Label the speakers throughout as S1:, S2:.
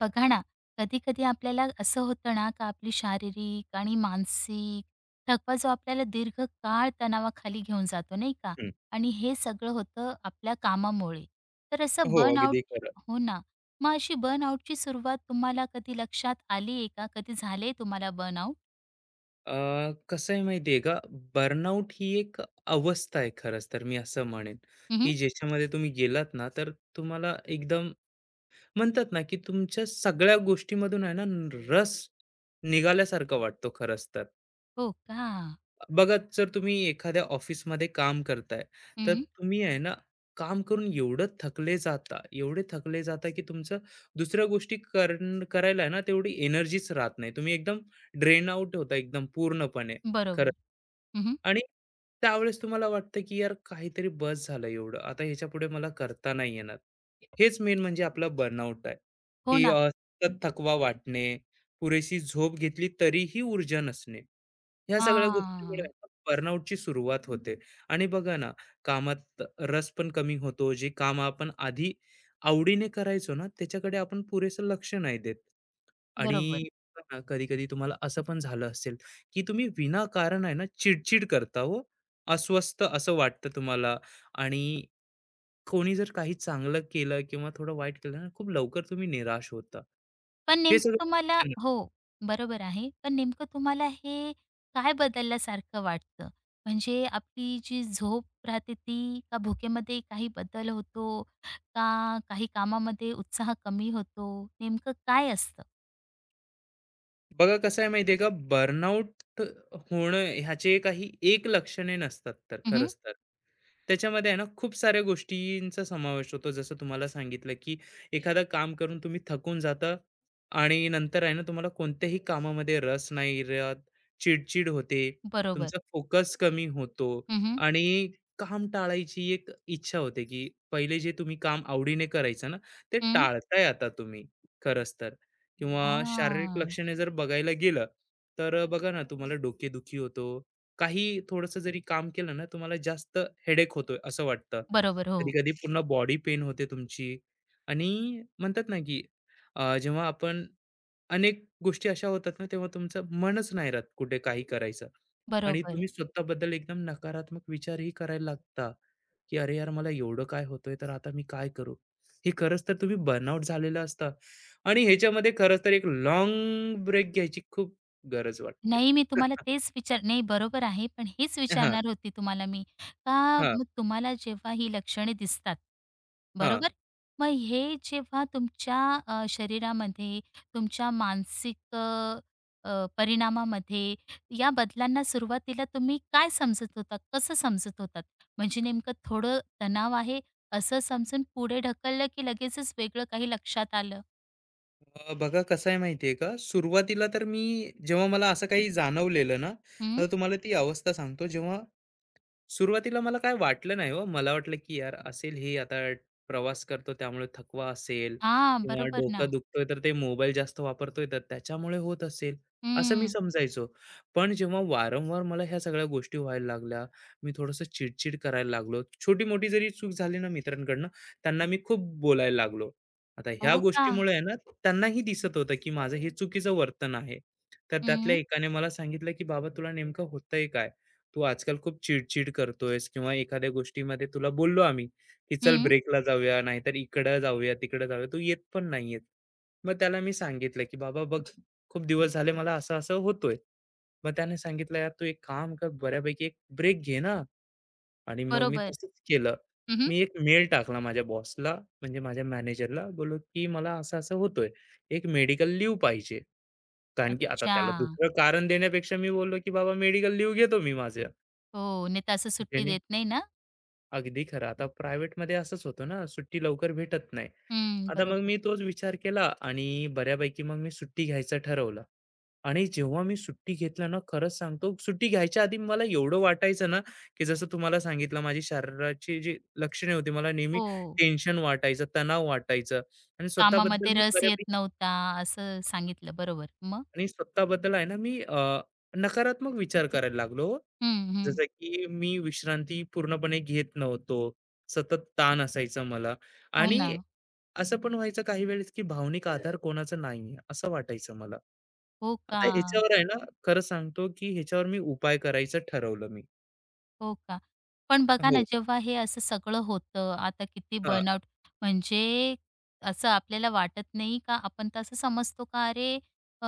S1: बघा ना, कधी-कधी आपल्याला असं होतं ना, का आपली शारीरिक आणि मानसिक थकवा जो आपल्याला दीर्घकाळ तणावाखाली घेऊन जातो, नाही का?
S2: हं.
S1: आणि हे सगळं होतं आपल्या कामामुळे. तर असं
S2: हो, अगदी
S1: बर्नआउट
S2: खरं.
S1: हो ना. मग अशी बर्नआउटची सुरुवात तुम्हाला कधी लक्षात आली आहे का? कधी झाले तुम्हाला बर्नआउट?
S2: अ, कसं आहे माहिती का, बर्नआउट ही एक अवस्था आहे खरंच तर मी असं म्हणेन,
S1: हं,
S2: की ज्याच्यामध्ये तुम्ही गेलात ना, तर तुम्हाला एकदम म्हणतात ना, की तुमच्या सगळ्या गोष्टीमधून आहे ना, रस निघाल्यासारखं वाटतो खरंच तर.
S1: हो का?
S2: बघा, जर तुम्ही एखाद्या ऑफिसमध्ये काम करताय, तर
S1: हं,
S2: तुम्ही आहे ना, काम करून एवढं थकले जाता, एवढे थकले जाता, की तुमचं दुसऱ्या गोष्टी करायला आहे ना, तेवढी एनर्जीच राहत नाही. तुम्ही एकदम ड्रेन आउट होता एकदम पूर्णपणे, खरं.
S1: बरोबर. हं,
S2: आणि त्यावेळेस तुम्हाला वाटतं की यार काहीतरी बस झालं एवढं आता ह्याच्यापुढे मला करता नाही येणार. हेच मेन म्हणजे आपला बर्नआउट आहे,
S1: हो
S2: की
S1: ना.
S2: सतत थकवा वाटणे, पुरेशी झोप घेतली तरीही ऊर्जा नसणे. ह्या सगळ्या गोष्टींमुळे
S1: हां.
S2: बर्नआउटची सुरुवात होते आणि बघा ना, कामात रस पण कमी होतो. जे काम आपण आधी आवडीने करायचो ना, त्याच्याकडे आपण पुरेसं लक्ष नाही देत
S1: बरोबर.
S2: आणि कधी-कधी तुम्हाला असं पण झालं असेल की तुम्ही विनाकारण आहे ना चिडचिड करता हो अस्वस्थ असं वाटतं तुम्हाला आणि कोणी जर काही चांगलं केलं किंवा थोडं वाईट केलं ना खूप लवकर तुम्ही निराश होता
S1: पण
S2: हे
S1: नेमकं तुम्हाला
S2: सगळं
S1: हो, बरोबर आहे. पण नेमकं तुम्हाला हे काय बदलल्यासारखं वाटतं? म्हणजे आपली जी झोप राहते ती का भुकेमध्ये काही बदल होतो? का काही कामामध्ये उत्साह कमी होतो? नेमकं काय असतं?
S2: बघा कसं आहे माहितीये का बर्नआउट होणं ह्याचे काही एक लक्षणे नसतात तर
S1: हं, हं.
S2: खरंच तर त्याच्यामध्ये आहे ना खूप साऱ्या गोष्टींचा समावेश होतो जसं तुम्हाला सांगितलं की एखादं काम करून तुम्ही थकून जाता आणि नंतर आहे ना तुम्हाला कोणत्याही कामामध्ये रस नाही राहत चिडचिड होते
S1: बरोबर.
S2: तुमचा फोकस कमी होतो
S1: हं, हं.
S2: आणि काम टाळायची एक इच्छा होते की पहिले जे तुम्ही काम आवडीने करायचं ना ते
S1: हं.
S2: टाळताय आता तुम्ही खरंच तर किंवा शारीरिक
S1: हां.
S2: लक्षणे जर बघायला गेलं, तर बघा ना तुम्हाला डोकेदुखी होतो. काही थोडंसं जरी काम केलं ना, तुम्हाला जास्त हेडेक होतोय असं वाटतं.
S1: बरोबर. हो.
S2: कधी-कधी पूर्ण बॉडी पेन होते तुमची आणि म्हणतात ना, की जेव्हा आपण अनेक गोष्टी अशा होतात ना, तेव्हा तुमचं मनच नाही राहत कुठे काही करायचं आणि
S1: बरोबर.
S2: तुम्ही स्वतःबद्दल एकदम नकारात्मक विचारही करायला लागता, की "अरे यार, मला एवढं काय होतंय, तर आता मी काय करू?" हे खरंच तर तुम्ही बर्नआउट झालेला असता. आणि ह्याच्यामध्ये खरंच तर एक लाँग ब्रेक घ्यायची खूप गरज वाटते.
S1: नाही, मी तुम्हाला तेच विचार नाही बरोबर आहे, पण हेच
S2: हां,
S1: विचारणार होती तुम्हाला मी, का
S2: हां,
S1: मग तुम्हाला जेव्हा ही लक्षणे दिसतात,
S2: हां.
S1: बरोबर? मग हे जेव्हा तुमच्या शरीरामध्ये, तुमच्या मानसिक अ, अ, परिणामामध्ये या बदलांना सुरुवातीला तुम्ही काय समजत होतात? कसं समजत होतात? म्हणजे नेमकं थोडं तणाव आहे असं समजून पुढे ढकललं, की लगेचच वेगळं काही लक्षात आलं?
S2: बघा कसं आहे माहिती आहे का, सुरुवातीला तर मी जेव्हा मला असं काही जाणवलेलं ना, तर
S1: हं.
S2: तुम्हाला ती अवस्था सांगतो जेव्हा सुरुवातीला मला काय वाटलं नाही हो. मला वाटलं की यार असेल हे आता प्रवास करतो त्यामुळे थकवा असेल
S1: हां,
S2: किंवा
S1: बरोबर ना.
S2: डोकं दुखतोय तर ते मोबाईल जास्त वापरतोय तर त्याच्यामुळे होत असेल, असं मी
S1: हं.
S2: समजायचो. पण जेव्हा वारंवार मला ह्या सगळ्या गोष्टी व्हायला लागल्या, मी थोडंसं चिडचिड करायला लागलो. छोटी-मोठी जरी चूक झाली ना मित्रांकडनं, त्यांना मी खूप बोलायला लागलो. आता ह्या
S1: हो का?
S2: गोष्टीमुळे आहे ना, त्यांनाही दिसत होतं, की माझं हे चुकीचं वर्तन आहे. तर त्यातल्या
S1: हं.
S2: एकाने मला सांगितलं, की "बाबा तुला नेमकं होतंय काय? तू आजकाल खूप चिड-चिड करतोयस" किंवा एखाद्या गोष्टीमध्ये तुला बोललो आम्ही, की "चल
S1: हं,
S2: ब्रेकला जाऊया, नाहीतर इकडं जाऊया, तिकडं जाऊया, तू येत पण नाहीयेत." मग त्याला मी सांगितलं, की "बाबा बघ, खूप दिवस झाले मला असं-असं होतोय." मग त्याने सांगितलं, "यार तू एक काम कर, बऱ्यापैकी एक ब्रेक घे ना." आणि मग मी
S1: बरोबर.
S2: तसंच केलं.
S1: हं, हं.
S2: मी एक मेल टाकला माझ्या बॉसला, म्हणजे माझ्या मॅनेजरला बोललो, की "मला असं-असं होतोय. एक मेडिकल लीव्ह पाहिजे." कारण की आता
S1: अच्छा.
S2: त्याला दुसरं कारण देण्यापेक्षा मी बोललो, की "बाबा मेडिकल लीव्ह घेतो मी माझं."
S1: हो, नाही तर असं सुट्टी
S2: जेणे
S1: देत नाही ना?
S2: अगदी खरं. आता प्रायव्हेटमध्ये असंच होतं ना, सुट्टी लवकर भेटत नाही.
S1: हं,
S2: आता मग
S1: बरोबर.
S2: मी तोच विचार केला आणि बऱ्यापैकी मग मी सुट्टी घ्यायचं ठरवलं. आणि जेव्हा मी सुट्टी घेतला ना, खरंच सांगतो, सुट्टी घ्यायच्या आधी मला एवढं वाटायचं ना, की जसं तुम्हाला सांगितलं, माझी शरीराची जी लक्षणे होती, मला नेहमी
S1: हो,
S2: टेन्शन वाटायचं, तणाव वाटायचं आणि स्वतःबद्दल
S1: कामामध्ये
S2: मी
S1: रस येत
S2: बऱ्यापैकी
S1: नव्हता असं सांगितलं. बरोबर. मग?
S2: आणि स्वतःबद्दल आहे ना, मी नकारात्मक विचार करायला लागलो हो.
S1: हं, हं.
S2: जसं की मी विश्रांती पूर्णपणे घेत नव्हतो. सतत ताण असायचा मला
S1: हो ना.
S2: आणि असं पण व्हायचं काही वेळेस, की भावनिक आधार कोणाचा नाहीये, असं वाटायचं मला.
S1: हो का?
S2: आता ह्याच्यावर आहे ना, खरं सांगतो, की ह्याच्यावर मी उपाय करायचं ठरवलं मी.
S1: हो का? पण बघा ना,
S2: हो.
S1: जेव्हा हे असं सगळं होतं, आता किती
S2: हां.
S1: बर्नआउट म्हणजे असं आपल्याला वाटत नाही का? आपण तर असं समजतो का अरे, अ,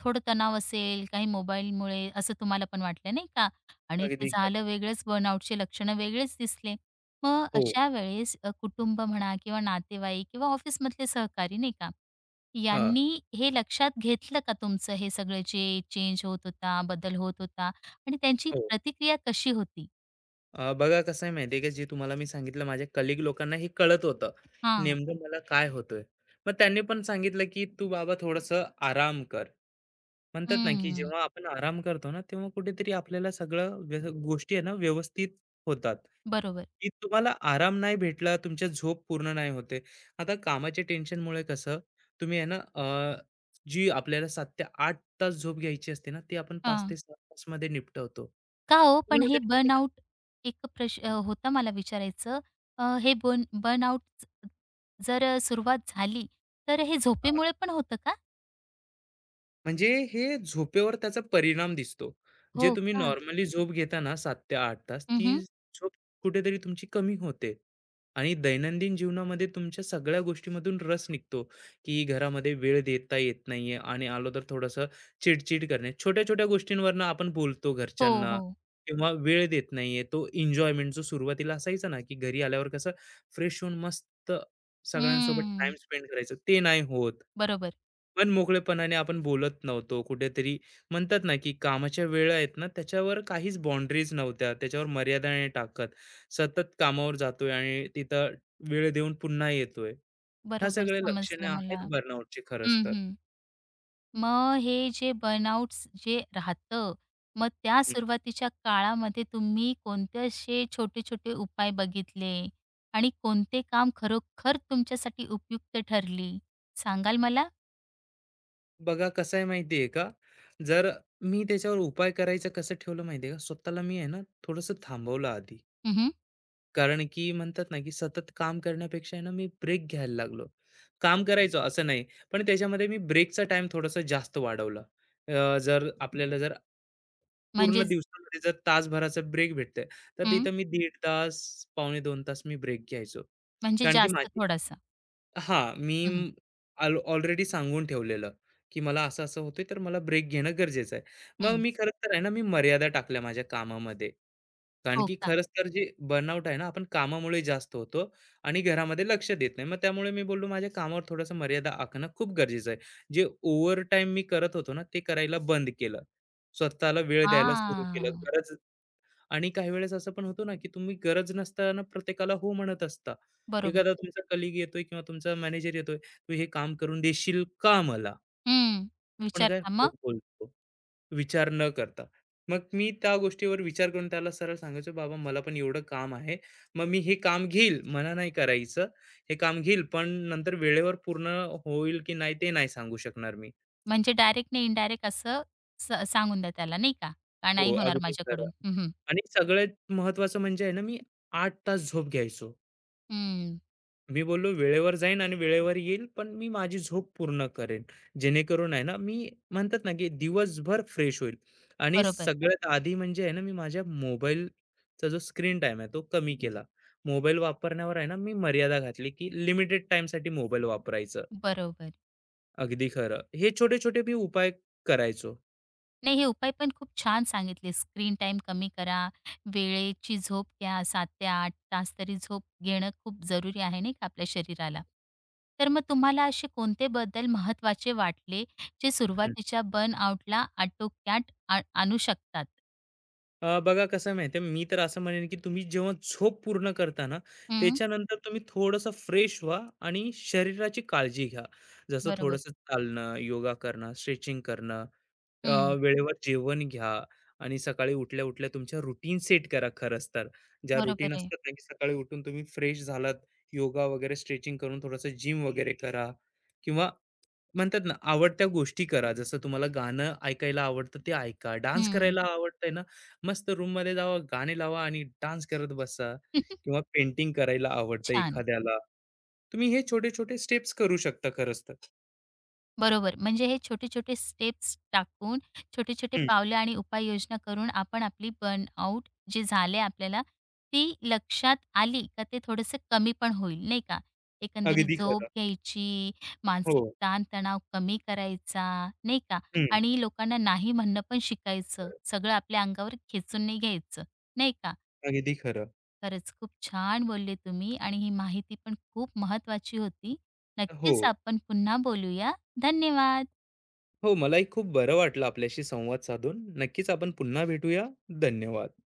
S1: थोडं तणाव असेल, काही मोबाईलमुळे असं तुम्हाला पण वाटलं नाही का? आणि ते
S2: अगदी
S1: झालं
S2: खरं.
S1: वेगळंच बर्नआउटचे लक्षणं वेगळेच दिसले. मग
S2: हो.
S1: अशा वेळेस कुटुंब म्हणा किंवा नातेवाईक किंवा ऑफिसमधले सहकारी नाही का,
S2: हां.
S1: यांनी हे लक्षात घेतलं का तुमचं हे सगळं जे चेंज होत होता, बदल होत होता आणि त्यांची
S2: हो.
S1: प्रतिक्रिया कशी होती?
S2: बघा कसं आहे माहिती का, जे तुम्हाला मी सांगितलं माझ्या कलीग लोकांना हे कळत होतं,
S1: हां.
S2: नेमकं मला काय होतंय. मग त्यांनी पण सांगितलं, की "तू बाबा थोडंसं आराम कर." म्हणतात ना, की
S1: हं.
S2: जेव्हा आपण आराम करतो ना, तेव्हा कुठेतरी आपल्याला सगळं गोष्टी आहे ना, व्यवस्थित होतात.
S1: बरोबर.
S2: की तुम्हाला आराम नाही भेटला, तुमच्या झोप पूर्ण नाही होते. आता कामाच्या टेन्शनमुळे कसं तुम्ही आहे ना, जी आपल्याला 7 ते 8 तास झोप घ्यायची असते ना, ती आपण 5
S1: हां.
S2: ते 6 तासमध्ये निपटवतो.
S1: का हो,
S2: तुम्ही
S1: पण
S2: ना
S1: हे
S2: कधी-कधी
S1: बर्नआउट एक होता मला विचारायचं. हे बर्नआउट जर सुरुवात झाली, तर हे
S2: हां,
S1: झोपेमुळे पण होतं का?
S2: म्हणजे हे झोपेवर त्याचा परिणाम दिसतो. जे
S1: हो
S2: तुम्ही
S1: का?
S2: नॉर्मली झोप घेता ना 7 ते 8 तास,
S1: हं,
S2: ती
S1: हं.
S2: झोप कुठेतरी तुमची कमी होते आणि दैनंदिन जीवनामध्ये तुमच्या सगळ्या गोष्टीमधून रस निघतो, की घरामध्ये वेळ देता येत नाहीये आणि आलो तर थोडंसं चिड करणे. छोट्या-छोट्या गोष्टींवरनं आपण बोलतो
S1: हो,
S2: घरच्यांना
S1: हो.
S2: किंवा वेळ देत नाहीये. तो एन्जॉयमेंट जो सुरुवातीला असायचा ना, की घरी आल्यावर कसं फ्रेश होऊन मस्त सगळ्यांसोबत टाईम
S1: हं.
S2: स्पेंड करायचं, ते नाही होत.
S1: बरोबर,
S2: पण मोकळेपणाने आपण बोलत नव्हतो. कुठेतरी म्हणतात ना, की कामाच्या वेळा आहेत ना, त्याच्यावर काहीच बाउंडरीज नव्हत्या. त्याच्यावर मर्यादा नाही टाकत. सतत कामावर जातोय आणि तिथं वेळ देऊन पुन्हा येतोय. ह्या
S1: बरोबर
S2: सगळ्या लक्षणे
S1: समजलं मला.
S2: आहेत बर्नआउटची खरंच
S1: हं,
S2: तर.
S1: हं. मग हे जे बर्नआउट्स जे राहतं, मग त्या
S2: हं.
S1: सुरुवातीच्या काळामध्ये तुम्ही कोणते असे छोटे-छोटे उपाय बघितले आणि कोणते काम खरोखर तुमच्यासाठी उपयुक्त ठरली? सांगाल मला?
S2: बघा कसं आहे माहिती का, जर मी त्याच्यावर उपाय करायचं कसं ठेवलं माहिती का, स्वतःला मी आहे ना, थोडंसं थांबवलं आधी.
S1: हं,
S2: कारण की म्हणतात ना, की सतत काम करण्यापेक्षा आहे ना, मी ब्रेक घ्यायला लागलो. काम करायचो असं नाही, पण त्याच्यामध्ये मी ब्रेकचा टाईम थोडासा जास्त वाढवला. जर आपल्याला पूर्ण
S1: म्हणजे
S2: दिवसामध्ये जर तासभराचा ब्रेक भेटतोय, तर
S1: हं,
S2: तिथं मी दीड तास, पावणे 2 तास मी ब्रेक घ्यायचो.
S1: म्हणजे
S2: कारण की
S1: जास्त
S2: माझी
S1: थोडासा.
S2: हां, मी
S1: हं, हं.
S2: म आल ऑलरेडी सांगून ठेवलेलं, की मला असं-असं होतंय, तर मला ब्रेक घेणं गरजेचं आहे. मग
S1: हं.
S2: मी खरंच तर आहे ना, मी मर्यादा टाकल्या माझ्या कामामध्ये. कारण
S1: हो
S2: की
S1: का?
S2: खरंच तर जे बर्नआउट आहे ना, आपण कामामुळे जास्त होतो आणि घरामध्ये लक्ष देत नाही. मग त्यामुळे मी बोललो माझ्या कामावर थोडंसं मर्यादा आखणं खूप गरजेचं आहे. जे ओव्हरटाईम मी करत होतो ना, ते करायला बंद केलं. स्वतःला वेळ द्यायला सुरू केलं.
S1: हां.
S2: गरज आणि काही वेळेस असं पण होतो ना, की तुम्ही गरज नसताना प्रत्येकाला हो म्हणत असता.
S1: बरोबर.
S2: एखादा तुमचा कलीग येतोय किंवा तुमचा मॅनेजर येतोय, "तू हे काम करून देशील का मला?"
S1: हं.
S2: आपण काय
S1: विचारता
S2: हो
S1: मग?
S2: बोलतो, विचार न करता. मग मी त्या गोष्टीवर विचार करून त्याला सरळ सांगायचो, "बाबा मला पण एवढं काम आहे. मग मी हे काम घेईल, मना नाही करायचं. हे काम घेईल, पण नंतर वेळेवर पूर्ण होईल की नाही ते नाही सांगू शकणार मी."
S1: म्हणजे डायरेक्ट नाही, इनडायरेक्ट असं सांगून द्या त्याला नाही का? का
S2: हो,
S1: नाही होणार
S2: अगदी खरं.
S1: माझ्याकडून. हं,
S2: आणि सगळ्यात महत्त्वाचं म्हणजे आहे ना, मी 8 तास झोप घ्यायचो.
S1: हं.
S2: मी बोललो वेळेवर जाईन आणि वेळेवर येईल, पण मी माझी झोप पूर्ण करेन. जेणेकरून आहे ना, मी म्हणतात ना, की दिवसभर फ्रेश होईल आणि
S1: बरोबर,
S2: सगळ्यात आधी म्हणजे आहे ना, मी माझ्या मोबाईलचा जो स्क्रीन टाइम आहे तो कमी केला. मोबाईल वापरण्यावर आहे ना, मी मर्यादा घातली, की लिमिटेड टाईमसाठी मोबाईल वापरायचं.
S1: बरोबर.
S2: अगदी खरं. हे छोटे-छोटे मी उपाय करायचो.
S1: नाही, हे उपाय पण खूप छान सांगितले. स्क्रीन टाइम कमी करा, वेळेची झोप घ्या. 7 ते 8 तास तरी झोप घेणं खूप जरुरी आहे नाही का आपल्या शरीराला. तर मग तुम्हाला असे कोणते बदल महत्वाचे वाटले, जे सुरुवातीच्या बर्नआउटला आटोक्यात आणू शकतात?
S2: बघा कसं आहे माहिती आहे, मी तर असं म्हणेन की तुम्ही जेव्हा झोप पूर्ण करता ना,
S1: हं,
S2: त्याच्यानंतर तुम्ही थोडंसं फ्रेश व्हा आणि शरीराची काळजी घ्या. जसं
S1: बरोबर.
S2: थोडंसं चालणं, योगा करणं, स्ट्रेचिंग करणं, अ,
S1: हं,
S2: वेळेवर जेवण घ्या आणि सकाळी उठल्या-उठल्या तुमच्या रुटीन सेट करा खरंच तर. ज्या
S1: बरोबर
S2: रुटीन
S1: आहे.
S2: असतात ना, की सकाळी उठून तुम्ही फ्रेश झालात, योगा वगैरे स्ट्रेचिंग करून थोडंसं जिम वगैरे करा किंवा म्हणतात ना, आवडत्या गोष्टी करा. जसं तुम्हाला गाणं ऐकायला आवडतं ते ऐका. डान्स
S1: हं.
S2: करायला आवडतंय ना, मस्त रूममध्ये जावा, गाणे लावा आणि डान्स करत बसा किंवा पेंटिंग करायला आवडतं
S1: छान.
S2: एखाद्याला. तुम्ही हे छोटे-छोटे स्टेप्स करू शकता खरंच तर.
S1: बरोबर. म्हणजे हे छोटे-छोटे स्टेप्स टाकून, छोटे-छोटे
S2: हं,
S1: पावलं आणि उपाययोजना करून आपण आपली बर्नआउट जे झाले आपल्याला, ती लक्षात आली का ते थोडंसं कमी पण होईल, नाही का? एकंदरीत
S2: अगदी
S1: झोप
S2: खरं.
S1: घ्यायची, मानसिक
S2: हो.
S1: ताण कमी करायचा, नाही का?
S2: हं,
S1: आणि लोकांना नाही म्हणणं पण शिकायचं. सगळं आपल्या अंगावर खेचून नाही घ्यायचं, नाही का?
S2: अगदी खरं.
S1: खरंच खूप छान बोलले तुम्ही आणि ही माहिती पण खूप महत्त्वाची होती.
S2: हो,
S1: नक्कीच आपण पुन्हा बोलूया. धन्यवाद.
S2: हो. मलाही खूप बरं वाटलं आपल्याशी संवाद साधून. नक्कीच आपण पुन्हा भेटूया. धन्यवाद.